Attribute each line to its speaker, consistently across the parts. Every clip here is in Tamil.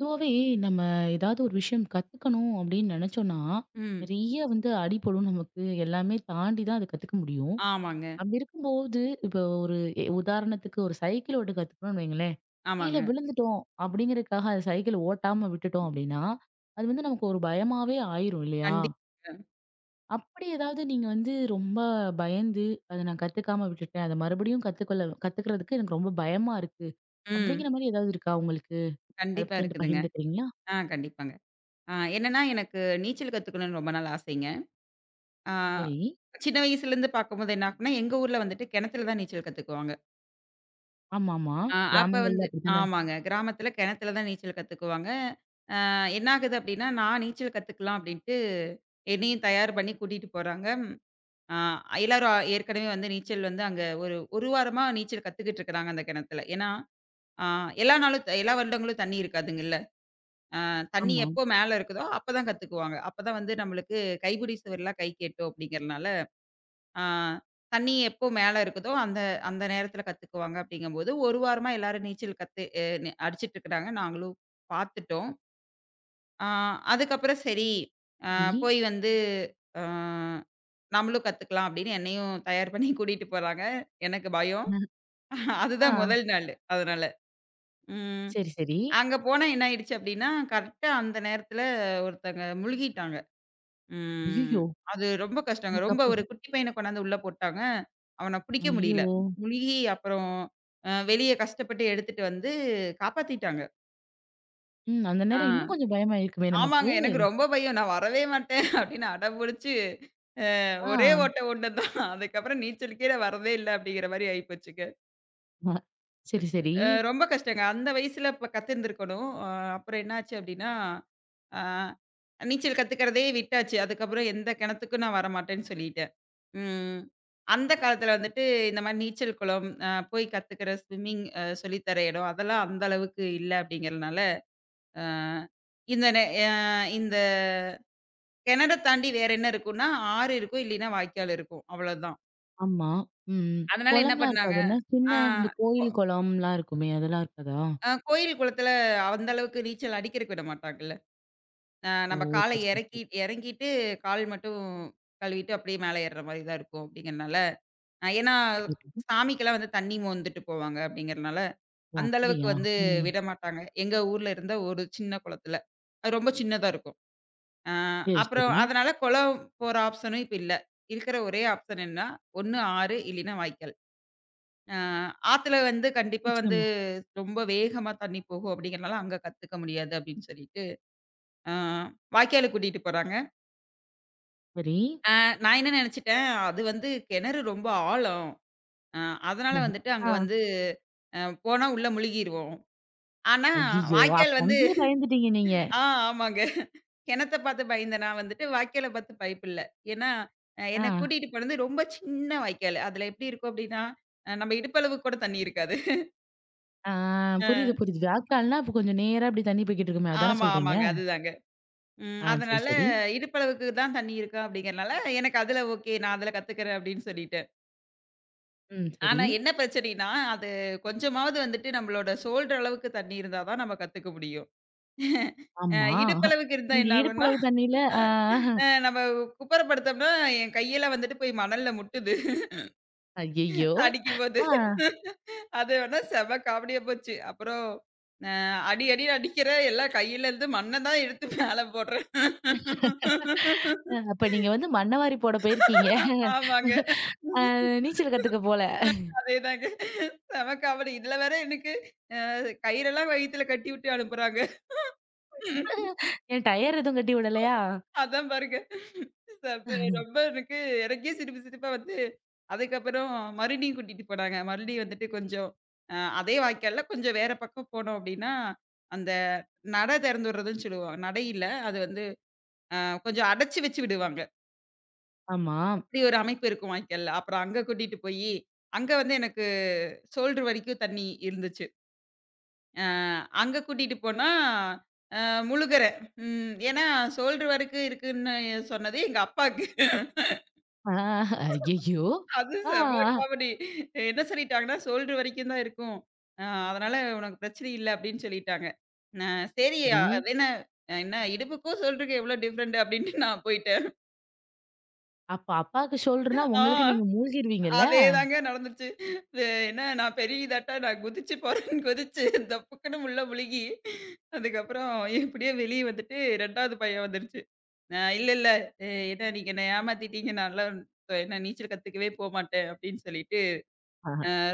Speaker 1: பொதுவாவே நம்ம ஏதாவது ஒரு விஷயம் கத்துக்கணும் அப்படின்னு நினைச்சோம்னா,
Speaker 2: ம்.
Speaker 1: நிறைய வந்து அடிபடும் நமக்கு. எல்லாமே தாண்டி தான் அத கத்துக்க முடியும்.
Speaker 2: ஆமாங்க,
Speaker 1: அப்படி இருக்கும்போது, இப்போ ஒரு உதாரணத்துக்கு ஒரு சைக்கிள் ஓட்ட கத்துக்கணும்னு வைங்களேன், கீழ
Speaker 2: ஆமாங்க.
Speaker 1: விழுந்துட்டோம் அப்படிங்கிறதுக்காக அது சைக்கிள் ஓட்டாம விட்டுட்டோம் அப்படின்னா, அது வந்து நமக்கு ஒரு பயமாவே ஆயிரும் இல்லையா?
Speaker 2: கண்டிப்பாங்க.
Speaker 1: அப்படி ஏதாவது நீங்க வந்து ரொம்ப பயந்து, அத நான் கத்துக்காம விட்டுட்டேன். அத மறுபடியும் கத்துக்கொள்ள கத்துக்கிறதுக்கு எனக்கு ரொம்ப பயமா இருக்கு.
Speaker 2: ம்.
Speaker 1: அப்படிங்கிற மாரி ஏதாவது இருக்கா உங்களுக்கு? அத
Speaker 2: கண்டிப்பா
Speaker 1: பத்தி என்கிட்ட
Speaker 2: இருக்குதுங்க.
Speaker 1: பகிர்ந்துக்கிறீங்களா?
Speaker 2: கண்டிப்பாங்க. என்னன்னா எனக்கு நீச்சல் கத்துக்கணும்னு ரொம்ப நாள் ஆசைங்க. ஆ
Speaker 1: சரி.
Speaker 2: சின்ன வயசுலேருந்து பார்க்கும்போது என்ன ஆகும்னா, எங்க ஊர்ல வந்துட்டு கிணத்துல தான் நீச்சல் கத்துக்குவாங்க.
Speaker 1: ஆமாமா.
Speaker 2: ஆ அப்ப வந்து
Speaker 1: கிராமங்கள்ல அப்படித்தானே.
Speaker 2: ஆமாங்க. கிராமத்துல கிணத்துல தான் நீச்சல் கத்துக்குவாங்க. என்ன ஆகுது அப்டின்னா, நான் நீச்சல் கத்துக்கலாம் அப்டின்ட்டு என்னையும் தயார் பண்ணி கூட்டிட்டு போறாங்க. ஆ எல்லாரும் ஏற்கனவே வந்து நீச்சல் வந்து அங்க ஒரு 1 வாரமா நீச்சல் கத்துக்கிட்டு இருக்கிறாங்க அந்த கிணத்துல. ஏன்னா ஆ எல்லா நாளும் எல்லா வருடங்களும் தண்ணி இருக்காதுங்கல்ல. தண்ணி
Speaker 1: ஆமா.
Speaker 2: எப்போ மேல இருக்குதோ, அப்பதான் கத்துக்குவாங்க. அப்பதான் வந்து நம்மளுக்கு கைப்பிடி சோறுலாம் கை கேட்டும் அப்படிங்கிறனால, ஆ தண்ணி எப்போ மேல இருக்குதோ, அந்த அந்த நேரத்தில கத்துக்குவாங்க அப்படிங்கும்போது, ஒரு வாரமா எல்லாரும் நீச்சல் கத்து அ நி அடிச்சுட்டு இருக்கிறாங்க. நாங்களும் பார்த்துட்டோம். ஆ அதுக்கப்புறம் சரி, அ
Speaker 1: சரி.
Speaker 2: போய் வந்து அ நம்மளும் கத்துக்கலாம் அப்படின்னு என்னையும் தயார் பண்ணி கூட்டிட்டு போறாங்க. எனக்கு பயம்.
Speaker 1: அஹ், ஆ
Speaker 2: அதுதான் முதல் நாளு. அதனால. ம்.
Speaker 1: சரி, சரி.
Speaker 2: அங்க போனா என்ன ஆயிடுச்சு அப்டின்னா, கரெக்ட்டா அந்த நேரத்துல ஒருத்தங்க முழுகிட்டாங்க. ம்.
Speaker 1: ஐயய்யோ!
Speaker 2: அது ரொம்ப கஷ்டங்க.
Speaker 1: நமக்கு
Speaker 2: ரொம்ப
Speaker 1: அப்போ
Speaker 2: ஒரு குட்டி பையன கொண்டாந்து உள்ள போட்டாங்க. அவன புடிக்க முடியல.
Speaker 1: ஐயோ!
Speaker 2: முழுகி அப்புறம் வெளிய கஷ்டப்பட்டு எடுத்துட்டு வந்து காப்பாத்திட்டாங்க.
Speaker 1: ம். அந்த
Speaker 2: ஆ.
Speaker 1: நேரம் இன்னும் கொஞ்சம் பயமாயிருக்குமே நமக்கு.
Speaker 2: ஆமாங்க. எனக்கு ரொம்ப பயம். நான் வரவே மாட்டேன் அப்டின்னு அடம்புடிச்சு
Speaker 1: ஆ.
Speaker 2: ஒரே ஓட்ட ஓட்னது தான். அதுக்கப்புறம் நீச்சலுக்கே நான் வரதே இல்ல அப்டிங்கிற மாரி ஆயிப்போச்சுங்க.
Speaker 1: அ, சரி, சரி.
Speaker 2: ரொம்ப கஷ்டங்க. அந்த வயசுல அப்ப கத்துருந்துருக்கணும். அப்புறம் என்னாச்சு அப்டின்னா ஆ. நீச்சல் கத்துக்கிறதே விட்டாச்சு. அதுக்கப்புறம் எந்த கிணத்துக்கும் நான் வரமாட்டேன்னு சொல்லிட்டேன். ம். அந்த காலத்தில வந்துட்டு இந்த மாரி நீச்சல் குளம், போய் கத்துக்கிற ஸ்விம்மிங் சொல்லி தர இடம், அதெல்லாம் அந்த அளவுக்கு இல்ல அப்படிங்கிறதுனால, அ இந்த நெ அ இந்த கிணற தாண்டி வேற என்ன இருக்கும்னா, ஆறு இருக்கும், இல்லைன்னா வாய்க்கால் இருக்கும். அவ்வளோதான்.
Speaker 1: ஆமா. ம்.
Speaker 2: அதனால என்ன
Speaker 1: குளம்லாம்
Speaker 2: பண்ணாங்க,
Speaker 1: இருக்காது என்ன?
Speaker 2: ஆ,
Speaker 1: சின்ன இந்த
Speaker 2: கொ
Speaker 1: கோயில் குளம்லாம் இருக்குமே அதெல்லாம் இருக்காதா?
Speaker 2: அ கோயில் குளத்தில அந்த அளவுக்கு நீச்சல் அடிக்கிறக்கு விட மாட்டாங்கல்ல.
Speaker 1: ஓ!
Speaker 2: நம்ம கால
Speaker 1: சரி, சரி,
Speaker 2: இறக்கி
Speaker 1: சரி.
Speaker 2: இறங்கிட்டு, கால் மட்டும் கழுவிட்டு அப்படியே மேல ஏறுற மாரி தான் இருக்கும் அப்படிங்கிறனால, ஏன்னா
Speaker 1: புரியுது.
Speaker 2: சாமிக்கெல்லாம் வந்து தண்ணி மோந்துட்டு போவாங்க அப்படிங்கிறனால,
Speaker 1: ஓ!
Speaker 2: அந்த அளவுக்கு
Speaker 1: அப்படியா?
Speaker 2: வந்து
Speaker 1: ம்.
Speaker 2: விடமாட்டாங்க. எங்க ஊர்ல இருந்த ஒரு சின்ன குளத்துல. அது ரொம்ப சின்னதா இருக்கும். அ
Speaker 1: சரி,
Speaker 2: அப்புறம்
Speaker 1: சரி.
Speaker 2: அதனால குளம் போற ஆப்ஷனும் இப்ப இல்ல. இருக்கிற ஒரே ஆப்ஷன் என்னன்னா, ஒண்ணு ஆறு இல்லைன்னா வாய்க்கால். அ ஆத்துல வந்து கண்டிப்பா வந்து
Speaker 1: நிச்சயமா.
Speaker 2: ரொம்ப வேகமா தண்ணி போகும் அப்படிங்கிறனால, அங்க கத்துக்க முடியாது அப்படின்னு சொல்லிட்டு, அ வாய்க்காலுக்கு கூட்டிட்டு போறாங்க.
Speaker 1: சரி.
Speaker 2: ஆ நான் என்ன நெனச்சுட்டேன், அது வந்து கிணறு ரொம்ப ஆழம். அ அதனால வந்துட்டு அங்க
Speaker 1: ஆ.
Speaker 2: வந்து அ போனா உள்ள முழுகிருவோம். ஆனா
Speaker 1: ஐயய்யோ!
Speaker 2: வாய்க்கால்
Speaker 1: அப்ப
Speaker 2: வந்து
Speaker 1: அங்கேயே பயந்துட்டீங்க நீங்க.
Speaker 2: ஆ ஆமாங்க. கிணத்த பாத்து பயந்த நான் வந்துட்டு வாய்க்கால பாத்து பயப்படல. ஏன்னா,
Speaker 1: ஆ.
Speaker 2: என்ன கூட்டிட்டு போனது ரொம்ப சின்ன வாய்க்காலு. அதுல எப்டி இருக்கும் அப்டின்னா, நம்ம இடுப்பளவுக்கு கூட தண்ணி இருக்காது.
Speaker 1: ஆ
Speaker 2: அ
Speaker 1: புரியுது, புரியுது. வாய்க்கால்னா அப்ப கொஞ்சம் நேரா இப்டி தண்ணி போய்க்கிட்டு இருக்குமே! அதானே
Speaker 2: ஆமா,
Speaker 1: சொல்றீங்க?
Speaker 2: ஆமாங்க. அதுதாங்க.
Speaker 1: ஆ சரி,
Speaker 2: அதனால
Speaker 1: சரி.
Speaker 2: இடுப்பளவுக்கு தான் தண்ணி இருக்கா அப்டிங்கிறனால, எனக்கு அதுல ஓகே நான் அதுல கத்துக்கிறேன் அப்டின்னு சொல்லிட்டேன்.
Speaker 1: ம். சரி.
Speaker 2: ஆனா என்ன பிரச்சனைன்னா, அது கொஞ்சமாவது வந்துட்டு நம்மளோட ஷோல்டர் அளவுக்கு தண்ணி இருந்தா தான் நம்ம கத்துக்க முடியும்.
Speaker 1: ஆமா.
Speaker 2: இடுப்பளவுக்கு இருந்தா
Speaker 1: நீங்க
Speaker 2: என்ன ஆகும்னா,
Speaker 1: இடுப்பளவு தண்ணீல ஆ.
Speaker 2: நம்ம குப்புற படுத்தோம்னா, என் கையெல்லாம் வந்துட்டு போய் மணல்ல முட்டுது
Speaker 1: ஐயய்யோ!
Speaker 2: அடிக்கும்போது.
Speaker 1: ஆ
Speaker 2: அது வேணா செம காமெடியா போச்சு. அப்புறம் அ அடி அடின்னு அடிக்கிறேன். எல்லாம் கையில இருந்து மண்ண தான் எடுத்து மேல போடுறேன்.
Speaker 1: அப்ப நீங்க வந்து மண்ணவாரி போட போயிருக்கீங்க.
Speaker 2: ஆமாங்க.
Speaker 1: அ நீச்சல் கத்துக்க போல.
Speaker 2: அதேதாங்க. செம காமெடி. இதுல வேற எனக்கு அ கயிறெல்லாம் வயித்துல கட்டிவிட்டு அனுப்புறாங்க.
Speaker 1: ஏன் டயர் எதுவும் கட்டி விடலையா?
Speaker 2: அதான் பாருங்க. சப் ரொம்ப எனக்கு எனக்கே சிரிப்பு சிரிப்பா வந்து, அதுக்கப்புறம் மறுபடியும் கூட்டிட்டு போனாங்க. மறுபடியும் வந்துட்டு கொஞ்சம் அதே வாய்க்கால்ல கொஞ்சம் வேற பக்கம் போனோம் அப்படின்னா, அந்த நட திறந்து விடுறதுன்னு சொல்லுவாங்க. நடை இல்ல. அது வந்து அ கொஞ்சம் அடைச்சு வச்சு விடுவாங்க.
Speaker 1: ஆமா.
Speaker 2: அப்படி ஒரு அமைப்பு இருக்கும் வாய்க்கால்ல. அப்புறம் அங்க கூட்டிட்டு போயி, அங்க வந்து எனக்கு ஷோல்டர் வரைக்கும் தண்ணி இருந்துச்சு. அ அங்க கூட்டிட்டு போனா அ முழுகுறேன். ஏன்னா ஷோல்டர் வரைக்கும் இருக்குன்னு சொன்னது எங்க அப்பாக்கு.
Speaker 1: ஆ ஐயய்யோ!
Speaker 2: அது
Speaker 1: ஆ
Speaker 2: செம காமெடி. என்ன சொல்லிட்டாங்கன்னா, ஷோல்டர் வரைக்கும் தான் இருக்கும். அ அதனால உனக்கு பிரச்சனை இல்ல அப்படின்னு சொல்லிட்டாங்க. நா சரி
Speaker 1: சரி.
Speaker 2: அது என்ன என்ன இடுப்புக்கும் ஷோல்டருக்கும் எவ்வளோ டிஃபரெண்ட் அப்படின்ட்டு நான் போயிட்டேன்.
Speaker 1: அப்ப அப்பாக்கு ஷோல்டர்னா உங்களுக்கு
Speaker 2: ஆ
Speaker 1: நீங்க மூழ்கிருவீங்கல்ல?
Speaker 2: அதேதாங்க நடந்துச்சு. இது என்ன நான் பெரிய இதாட்ட நான் குதிச்சு போறேன்னு குதிச்சு தப்புக்குன்னு உள்ள முழுகி, அதுக்கப்புறம் எப்படியோ வெளியே வந்துட்டு 2வது பையன் வந்துருச்சு. இல்ல இல்ல என்ன நீங்க என்ன ஏமாத்திட்டீங்க. நான்லாம் என்ன நீச்சல் கத்துக்கவே போமாட்டேன் அப்படின்னு சொல்லிட்டு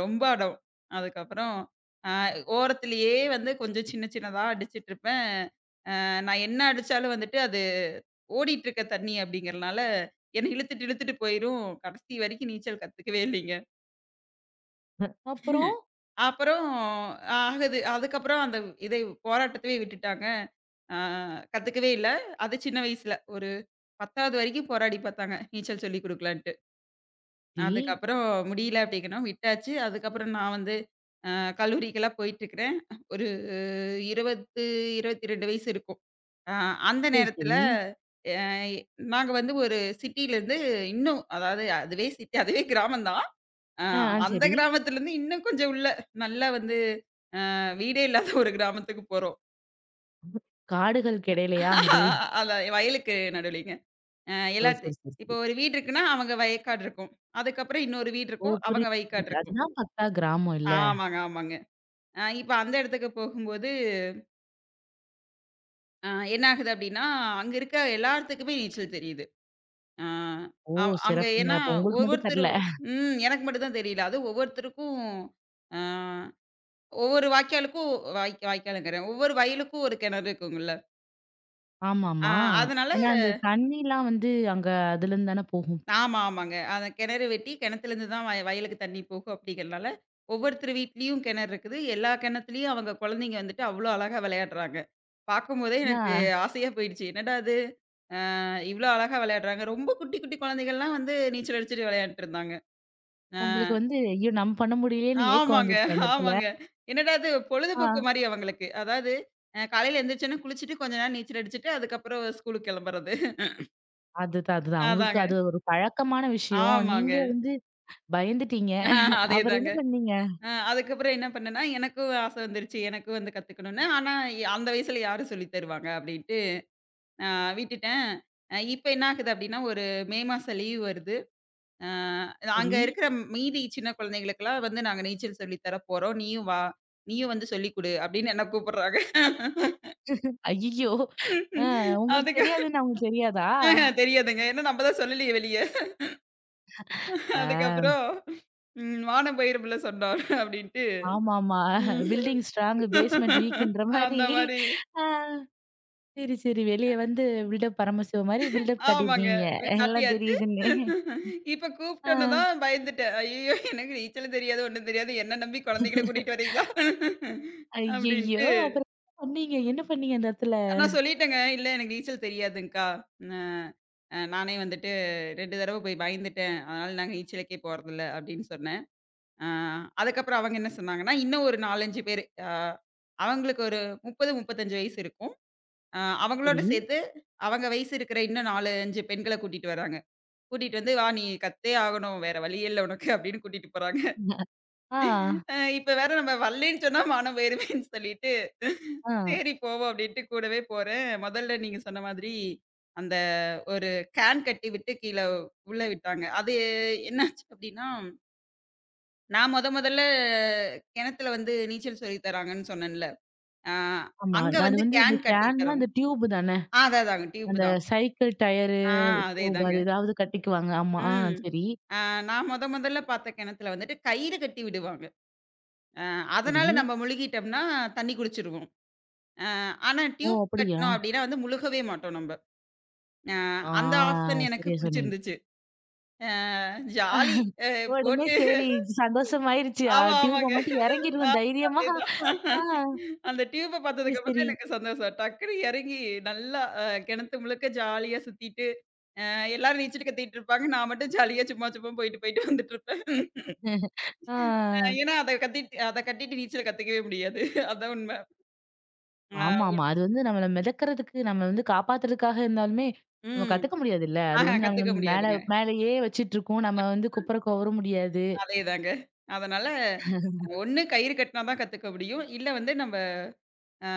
Speaker 2: ரொம்ப அடம். அதுக்கப்புறம் அ ஓரத்திலேயே வந்து கொஞ்சம் சின்ன சின்னதா அடிச்சிட்டுருப்பேன். நான் என்ன அடிச்சாலும் வந்துட்டு அது ஓடிட்டுருக்க தண்ணி அப்படிங்கிறனால, என்ன இழுத்துட்டு இழுத்துட்டு போயிரும். கடைசி வரைக்கும் நீச்சல் கத்துக்கவே இல்லைங்க.
Speaker 1: அப்புறம்?
Speaker 2: அப்புறம் ஆகுது அதுக்கப்புறம் அந்த இதை போராட்டத்தவே விட்டுட்டாங்க. அ கத்துக்கவே இல்ல. அது சின்ன வயசுல ஒரு 10வது வரைக்கும் போராடி பார்த்தாங்க, நீச்சல் சொல்லிக் குடுக்கலான்ட்டு.
Speaker 1: சரி.
Speaker 2: அதுக்கப்புறம் முடியல அப்படிங்கவும் விட்டாச்சு. அதுக்கப்புறம் நான் வந்து அ கல்லூரிக்கெல்லாம் போயிட்டுருக்கிறேன். ஒரு 20, 22 வயசு இருக்கும். அ அந்த
Speaker 1: சரி,
Speaker 2: நேரத்தில
Speaker 1: சரி.
Speaker 2: அ நாங்க வந்து ஒரு சிட்டிலேருந்து இன்னும் அதாவது அதுவே சிட்டி அதுவே கிராமம் தான். அ
Speaker 1: ஆ, ஆ
Speaker 2: அந்த
Speaker 1: சரி.
Speaker 2: கிராமத்திலேருந்து இன்னும் கொஞ்சம் உள்ள நல்லா வந்து வீடே இல்லாத ஒரு கிராமத்துக்கு போறோம்.
Speaker 1: காடுகளுக்கு இடையிலயா அது?
Speaker 2: அதான் வயலுக்கு நடுவுலேங்க. அ
Speaker 1: ஓ!
Speaker 2: எல்லாத்து
Speaker 1: சரி, சரி,
Speaker 2: இப்போ
Speaker 1: சரி.
Speaker 2: ஒரு வீடு இருக்குன்னா, அவங்க வயக்காடு இருக்கும். அதுக்கப்புறம் இன்னொரு வீடு
Speaker 1: ஓ!
Speaker 2: இருக்கும். அவங்க
Speaker 1: புரியுது,
Speaker 2: வயக்காடு
Speaker 1: புரியுது.
Speaker 2: இருக்கும்.
Speaker 1: அதுதான் பார்த்தா கிராமம் இல்ல.
Speaker 2: ஆமாங்க, ஆமாங்க. இப்ப அந்த இடத்துக்கு போகும்போது, அ என்ன ஆகுது அப்டின்னா, அங்க இருக்க எல்லாத்துக்குமே நீச்சல் தெரியுது. அஹ்
Speaker 1: ஓ!
Speaker 2: அ அவ் அங்க
Speaker 1: சிறப்புங்க.
Speaker 2: ஏன்னா
Speaker 1: அப்ப உங்களுக்கு மட்டும்
Speaker 2: ஒவ்வொருத்தரு
Speaker 1: தெர்ல.
Speaker 2: ம் எனக்கு மட்டும் தான் தெரியல. அதுவும் ஒவ்வொருத்தருக்கும் அ ஒவ்வொரு வாய்க்காலுக்கும் வாய்க்காலுங்கிறேன். ஒவ்வொரு வயலுக்கும் ஒரு கிணறு இருக்குங்கல்ல. அ
Speaker 1: ஆமாமா.
Speaker 2: அதனால
Speaker 1: ஏன்னா, அந்த தண்ணிலாம் வந்து அங்க அதுலருந்து தானே போகும்.
Speaker 2: ஆமா, ஆமாங்க. அந்த கிணறு வெட்டி கிணத்துலேருந்து தான் வயலுக்கு தண்ணி போகும் அப்படிங்கிறனால, ஒவ்வொருத்தர் வீட்லயும் கிணறு இருக்குது. எல்லா கிணத்துலயும் அவங்க குழந்தைங்க வந்துட்டு அவ்ளோ அழகா விளையாடுறாங்க. பார்க்கும்போதே
Speaker 1: ஆ
Speaker 2: எனக்கு ஆசையா போயிடுச்சு. என்னடா இது! இவ்ளோ அழகா விளையாடுறாங்க. ரொம்ப குட்டி, குட்டி குழந்தைகள்லாம் வந்து நீச்சல் அடிச்சுட்டு விளையாண்ட்டு இருந்தாங்க. அ
Speaker 1: உங்களுக்கு வந்து ஐயோ! நம்ம பண்ண முடியலையேன்னு ஏக்கம்
Speaker 2: ஆமாங்க,
Speaker 1: வந்துருச்சு அந்த இடத்துல.
Speaker 2: ஆமாங்க. என்னடா இது
Speaker 1: ஆ
Speaker 2: பொழுதுபோக்கு மாரி அவங்களுக்கு. அதாவது காலையில எந்திரிச்சோனே குளிச்சுட்டு கொஞ்ச நேரம் நீச்சல் அடிச்சுட்டு, அதுக்கப்புறம் ஸ்கூலுக்கு கெளம்புறது.
Speaker 1: அதுதான், அதுதான். அவங்களுக்கு
Speaker 2: அதாங்க.
Speaker 1: அது ஒரு பழக்கமான விஷயம். நீங்க
Speaker 2: ஆமாங்க.
Speaker 1: வந்து பயந்துட்டீங்க. அப்புறம்
Speaker 2: அதேதாங்க.
Speaker 1: என்ன பண்ணீங்க?
Speaker 2: அதுக்கப்புறம் என்ன பண்ணேன்னா, எனக்கும் ஆசை வந்துருச்சு. எனக்கும் வந்து கத்துக்கணும்னு. ஆனா அந்த வயசுல யாரு சொல்லி தருவாங்க அப்டின்ட்டு நான் விட்டுட்டேன். இப்ப என்ன ஆகுது அப்டின்னா, ஒரு மே மாசம் லீவ் வருது. அ அங்க
Speaker 1: சரி.
Speaker 2: இருக்கிற மீதி சின்ன குழந்தைகளுக்கெல்லாம் வந்து நாங்க நீச்சல் சொல்லி தர போறோம். நீயும் வா! நீயும் வந்து சொல்லிக் குடு அப்படின்னு என்ன கூப்பிடுறாங்க.
Speaker 1: ஐய்யய்யோ! ஆ உங்களுக்கு
Speaker 2: அதுக்கு
Speaker 1: தெரியாதுன்னு அவங்களுக்கு தெரியாதா?
Speaker 2: தெரியாதுங்க. ஏன்னா நம்ம தான் சொல்லலையே வெளிய. அதுக்கப்புறம் "வானம் பயிருமில்ல சொன்னார்" அப்படின்ட்டு.
Speaker 1: ஆமாமா.
Speaker 2: ம்.
Speaker 1: பில்டிங் ஸ்ட்ராங் பேஸ்மெண்ட் வீக்ன்ற
Speaker 2: அந்த
Speaker 1: மாரி.
Speaker 2: மாரி
Speaker 1: ஆ சரி, சரி. வெளிய வந்து பில்டப் பரமசிவ மாரி பில்டப்
Speaker 2: ஆமாங்க.
Speaker 1: காட்டியிருக்கீங்க. எல்லாம்
Speaker 2: காட்டியாச்சு.
Speaker 1: தெரியுதுன்னு.
Speaker 2: இப்ப
Speaker 1: ஆ.
Speaker 2: கூப்பிட்டோன தான் பயந்துட்டேன். "ஐயய்யோ! எனக்கு நீச்சலும் தெரியாது, ஒண்ணும் தெரியாது. என்ன நம்பி குழந்தைகள கூட்டிட்டு வரீங்களா?"
Speaker 1: ஐய்யய்யோ!
Speaker 2: அப்படின்னு.
Speaker 1: அப்புறம் என்ன பண்ணீங்க? என்ன பண்ணீங்க அந்த இடத்துல?
Speaker 2: நான் சொல்லிட்டேங்க. "இல்ல எனக்கு நீச்சல் தெரியாதுங்க்கா. அ அ நானே வந்துட்டு 2 தடவ போய் பயந்துட்டேன். அதனால நாங்க நீச்சலுக்கே போறதில்ல" அப்படின்னு சொன்னேன். அ அதுக்கப்புறம் அவங்க என்ன சொன்னாங்கன்னா, இன்னும் ஒரு 4, 5 பேரு அவங்களுக்கு ஒரு 30, 35 வயசு இருக்கும். அ அவங்களோட
Speaker 1: சரி.
Speaker 2: சேர்த்து அவங்க வயசு இருக்கிற இன்னும் 4, 5 பெண்கள கூட்டிட்டு வராங்க. கூட்டிட்டு வந்து "வா! நீ கத்தே ஆகணும். வேற வழியே இல்ல உனக்கு" அப்படின்னு கூட்டிட்டு போறாங்க.
Speaker 1: ஆ.
Speaker 2: இப்ப வேற நம்ம வரலேன்னு சொன்னா மானம் போயிருமேன்னு சொல்லிட்டு,
Speaker 1: ஆ.
Speaker 2: சரி போவோம் அப்டின்ட்டு கூடவே போறேன். முதல்ல நீங்க சொன்ன மாதிரி, அந்த ஒரு கேன் கட்டி விட்டு கீழ உள்ள விட்டாங்க. அது என்னாச்சு அப்டின்னா, நான் மொதல்ல கிணத்துல வந்து நீச்சல் சொல்லி தராங்கன்னு சொன்னேன்ல. ஆ
Speaker 1: ஆமா.
Speaker 2: அங்க
Speaker 1: அது
Speaker 2: வந்து
Speaker 1: வந்து இந்த
Speaker 2: கேன் கட்டி
Speaker 1: கேன்னா
Speaker 2: தரும்.
Speaker 1: அந்த டியூப் தானே?
Speaker 2: அதான் அதாங்க டியூப்
Speaker 1: அந்த
Speaker 2: தான்.
Speaker 1: சைக்கிள் டயரு
Speaker 2: ஆ
Speaker 1: டியூப்
Speaker 2: அதேதாங்க.
Speaker 1: அது ஏதாவது கட்டிக்குவாங்க. ஆமா. ஆ
Speaker 2: ம்.
Speaker 1: சரி,
Speaker 2: ஆ நான் மொதல்ல பார்த்த கிணத்துல வந்துட்டு கயிறு கட்டி விடுவாங்க. அ
Speaker 1: சரி.
Speaker 2: அதனால நம்ம முழுகிட்டோம்னா தண்ணி குடிச்சுருவோம். அ ஆனா
Speaker 1: ஓ!
Speaker 2: டியூப்
Speaker 1: அப்படியா?
Speaker 2: கட்னோம் அப்டின்னா வந்து முழுகவே மாட்டோம் நம்ப. அ
Speaker 1: ஆ
Speaker 2: அந்த ஆப்ஷன் எனக்கு
Speaker 1: சரியா சொன்னீங்க.
Speaker 2: புடிச்சிருந்துச்சு. அ ஜாலி அ
Speaker 1: உடனே
Speaker 2: போட்டு
Speaker 1: சரி சந்தோஷமாயிருச்சு.
Speaker 2: ஆமா,
Speaker 1: டியூப
Speaker 2: ஆமாங்க.
Speaker 1: மட்டும்
Speaker 2: ஆ
Speaker 1: இறங்கிருவோம் தைரியமா.
Speaker 2: அதேதான்.
Speaker 1: ஆ
Speaker 2: அந்த டியூப்ப
Speaker 1: சரி,
Speaker 2: பார்த்ததுக்கப்புறம் தான்
Speaker 1: சரி.
Speaker 2: எனக்கு சந்தோஷம். டக்குனு எறங்கி நல்லா கிணத்து முழுக்க ஜாலியா சுத்திட்டு, எல்லாரும் நீச்சல் கத்திட்டு இருப்பாங்க. நான் மட்டும் ஜாலியா சும்மா சும்மா போயிட்டு, போயிட்டு வந்துட்டுருப்பேன்.
Speaker 1: ஆ.
Speaker 2: ஏன்னா அத கத்திட்டு அத கட்டிட்டு நீச்சல் கத்துக்கவே முடியாது. அதான் உண்ம. அ
Speaker 1: ஆமாமா. அது வந்து நம்மள மிதக்கறதுக்கு, நம்மள வந்து காப்பாத்துறதுக்காக இருந்தாலுமே, நம்ம
Speaker 2: ம்.
Speaker 1: கத்துக்க முடியாதுல்ல. அது
Speaker 2: ஆஹா
Speaker 1: வந்து நம்மள
Speaker 2: கத்துக்க
Speaker 1: மேல
Speaker 2: முடியாதுங்க.
Speaker 1: மேலயே வச்சுட்டுருக்கும். நம்ம வந்து குப்புற கோவற முடியாது.
Speaker 2: அதேதாங்க. அதனால ஒண்ணு கயிறு கட்டினா தான் கத்துக்க முடியும். இல்ல வந்து நம்ம அ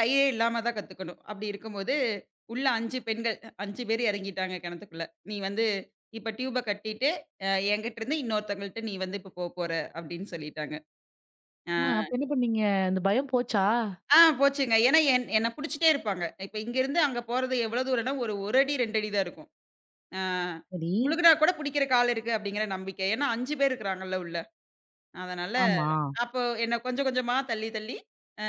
Speaker 2: கயிறே இல்லாம தான் கத்துக்கணும். அப்படி இருக்கும்போது, உள்ள 5 பெண்கள் 5 பேர் இறங்கிட்டாங்க கிணத்துக்குள்ள. "நீ வந்து இப்ப டியூப கட்டிட்டு, அ என்கிட்ட இருந்து இன்னொருத்தவங்கள்ட்ட நீ வந்து இப்ப போற" அப்படின்னு சொல்லிட்டாங்க. அ
Speaker 1: ஆ அப்ப என்ன பண்ணீங்க? அந்த பயம் போச்சா?
Speaker 2: ஆ போச்சுங்க. ஏன்னா என் என்ன புடிச்சுட்டே இருப்பாங்க. இப்ப இங்கருந்து அங்க போறது எவ்வளோ தூரம்னா, ஒரு 1 அடி 2 அடி தான் இருக்கும். அ
Speaker 1: சரி.
Speaker 2: முழுகுனா கூட புடிக்கிறக்கு ஆள் இருக்கு அப்படிங்கிற நம்பிக்கை. ஏன்னா 5 பேர் இருக்கிறாங்கல்ல உள்ள. அதனால
Speaker 1: ஆமா.
Speaker 2: அப்போ என்ன கொஞ்சம் கொஞ்சமா தள்ளி, தள்ளி அ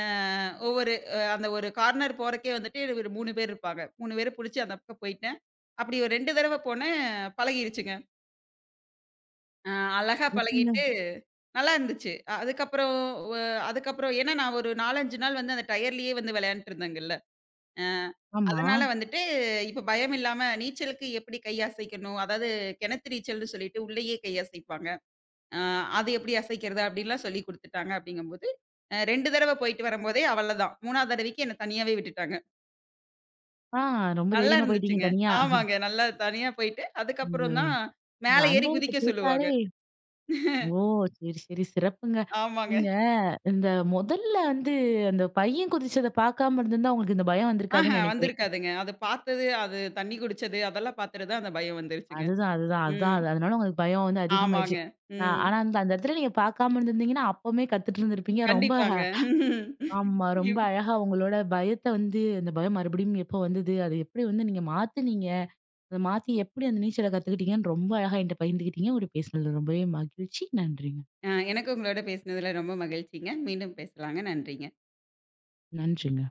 Speaker 2: ஒவ்வொரு அ அந்த ஒரு கார்னர் போறக்கே வந்துட்டு ஒரு 3 பேர் இருப்பாங்க. 3 பேர புடிச்சு அந்த பக்கம் போயிட்டேன். அப்படி ஒரு 2 தடவ போனேன் பழகிருச்சுங்க. அ அழகா பழகிட்டு
Speaker 1: ம்.
Speaker 2: நல்லா இருந்துச்சு. அதுக்கப்புறம் வ அதுக்கப்புறம் ஏன்னா நான் ஒரு 4, 5 நாள் வந்து அந்த டயர்லயே வந்து விளையாண்ட்டு இருந்தேங்கல்ல. அ
Speaker 1: ஆமா.
Speaker 2: அதனால வந்துட்டு இப்ப பயம் இல்லாம நீச்சலுக்கு எப்படி கை அசைக்கணும், அதாவது கிணத்து நீச்சல்னு சொல்லிட்டு உள்ளேயே கை அசைப்பாங்க. அ அது எப்படி அசைக்கிறது அப்படின்லாம் சொல்லிக் குடுத்துட்டாங்க அப்படிங்கும்போது, 2 தடவ போயிட்டு வரும்போதே அவ்வளதான். 3வது தடவைக்கு என்ன தனியாவே விட்டுட்டாங்க.
Speaker 1: ஆ ரொம்ப
Speaker 2: நல்லா
Speaker 1: தைரியமா போயிட்டீங்க
Speaker 2: இருந்துச்சுங்க.
Speaker 1: தனியா.
Speaker 2: ஆமாங்க. நல்லா தனியா போயிட்டு,
Speaker 1: உங்க
Speaker 2: அதுக்கப்புறம் தான்
Speaker 1: உங்க
Speaker 2: மேல ஏறி
Speaker 1: அனுபவத்த
Speaker 2: குதிக்க சொல்லுவாங்க.
Speaker 1: கேட்டாலே ஓ! சரி, சரி. சிறப்புங்க.
Speaker 2: ஆமாங்க.
Speaker 1: நீங்க இந்த முதல்ல வந்து அந்த பையன் குதிச்சத பார்க்காம இருந்திருந்தா, உங்களுக்கு இந்த பயம்
Speaker 2: ஆஹா
Speaker 1: வந்திருக்காதுன்னு நெனைக்கிறேன்.
Speaker 2: வந்திருக்காதுங்க. அது பார்த்தது, அது தண்ணி குடிச்சது அதெல்லாம் பார்த்துட்டு தான் அந்த பயம் வந்துருச்சுங்க.
Speaker 1: அதுதான், அதுதான், அதான்.
Speaker 2: ம்.
Speaker 1: அதனால உங்களுக்கு பயம் வந்து
Speaker 2: ஆமாங்க.
Speaker 1: அதிகமாயிருச்சு.
Speaker 2: ம்.
Speaker 1: ஆனா அந்த அந்த இடத்துல நீங்க பார்க்காம இருந்திருந்தீங்கன்னா, அப்பவுமே கத்துட்டு இருந்திருப்பீங்க. ரொம்ப
Speaker 2: கண்டிப்பாங்க.
Speaker 1: ஆமா. ரொம்ப
Speaker 2: இவ்
Speaker 1: அழகா உங்களோட பயத்த வந்து அந்த பயம் மறுபடியும் எப்போ வந்தது? அது எப்படி வந்து நீங்க மாத்துனீங்க? அத மாத்தி எப்படி அந்த நீச்சல கத்துக்கிட்டீங்கன்னு ரொம்ப அழகா என்ட்ட பகிர்ந்துக்கிட்டீங்க. உங்கட்ட பேசினதுல ரொம்பவே மகிழ்ச்சி. நன்றிங்க.
Speaker 2: அ எனக்கு உங்களோட பேசினதுல ரொம்ப மகிழ்ச்சிங்க. மீண்டும் பேசலாங்க. நன்றிங்க.
Speaker 1: நன்றிங்க.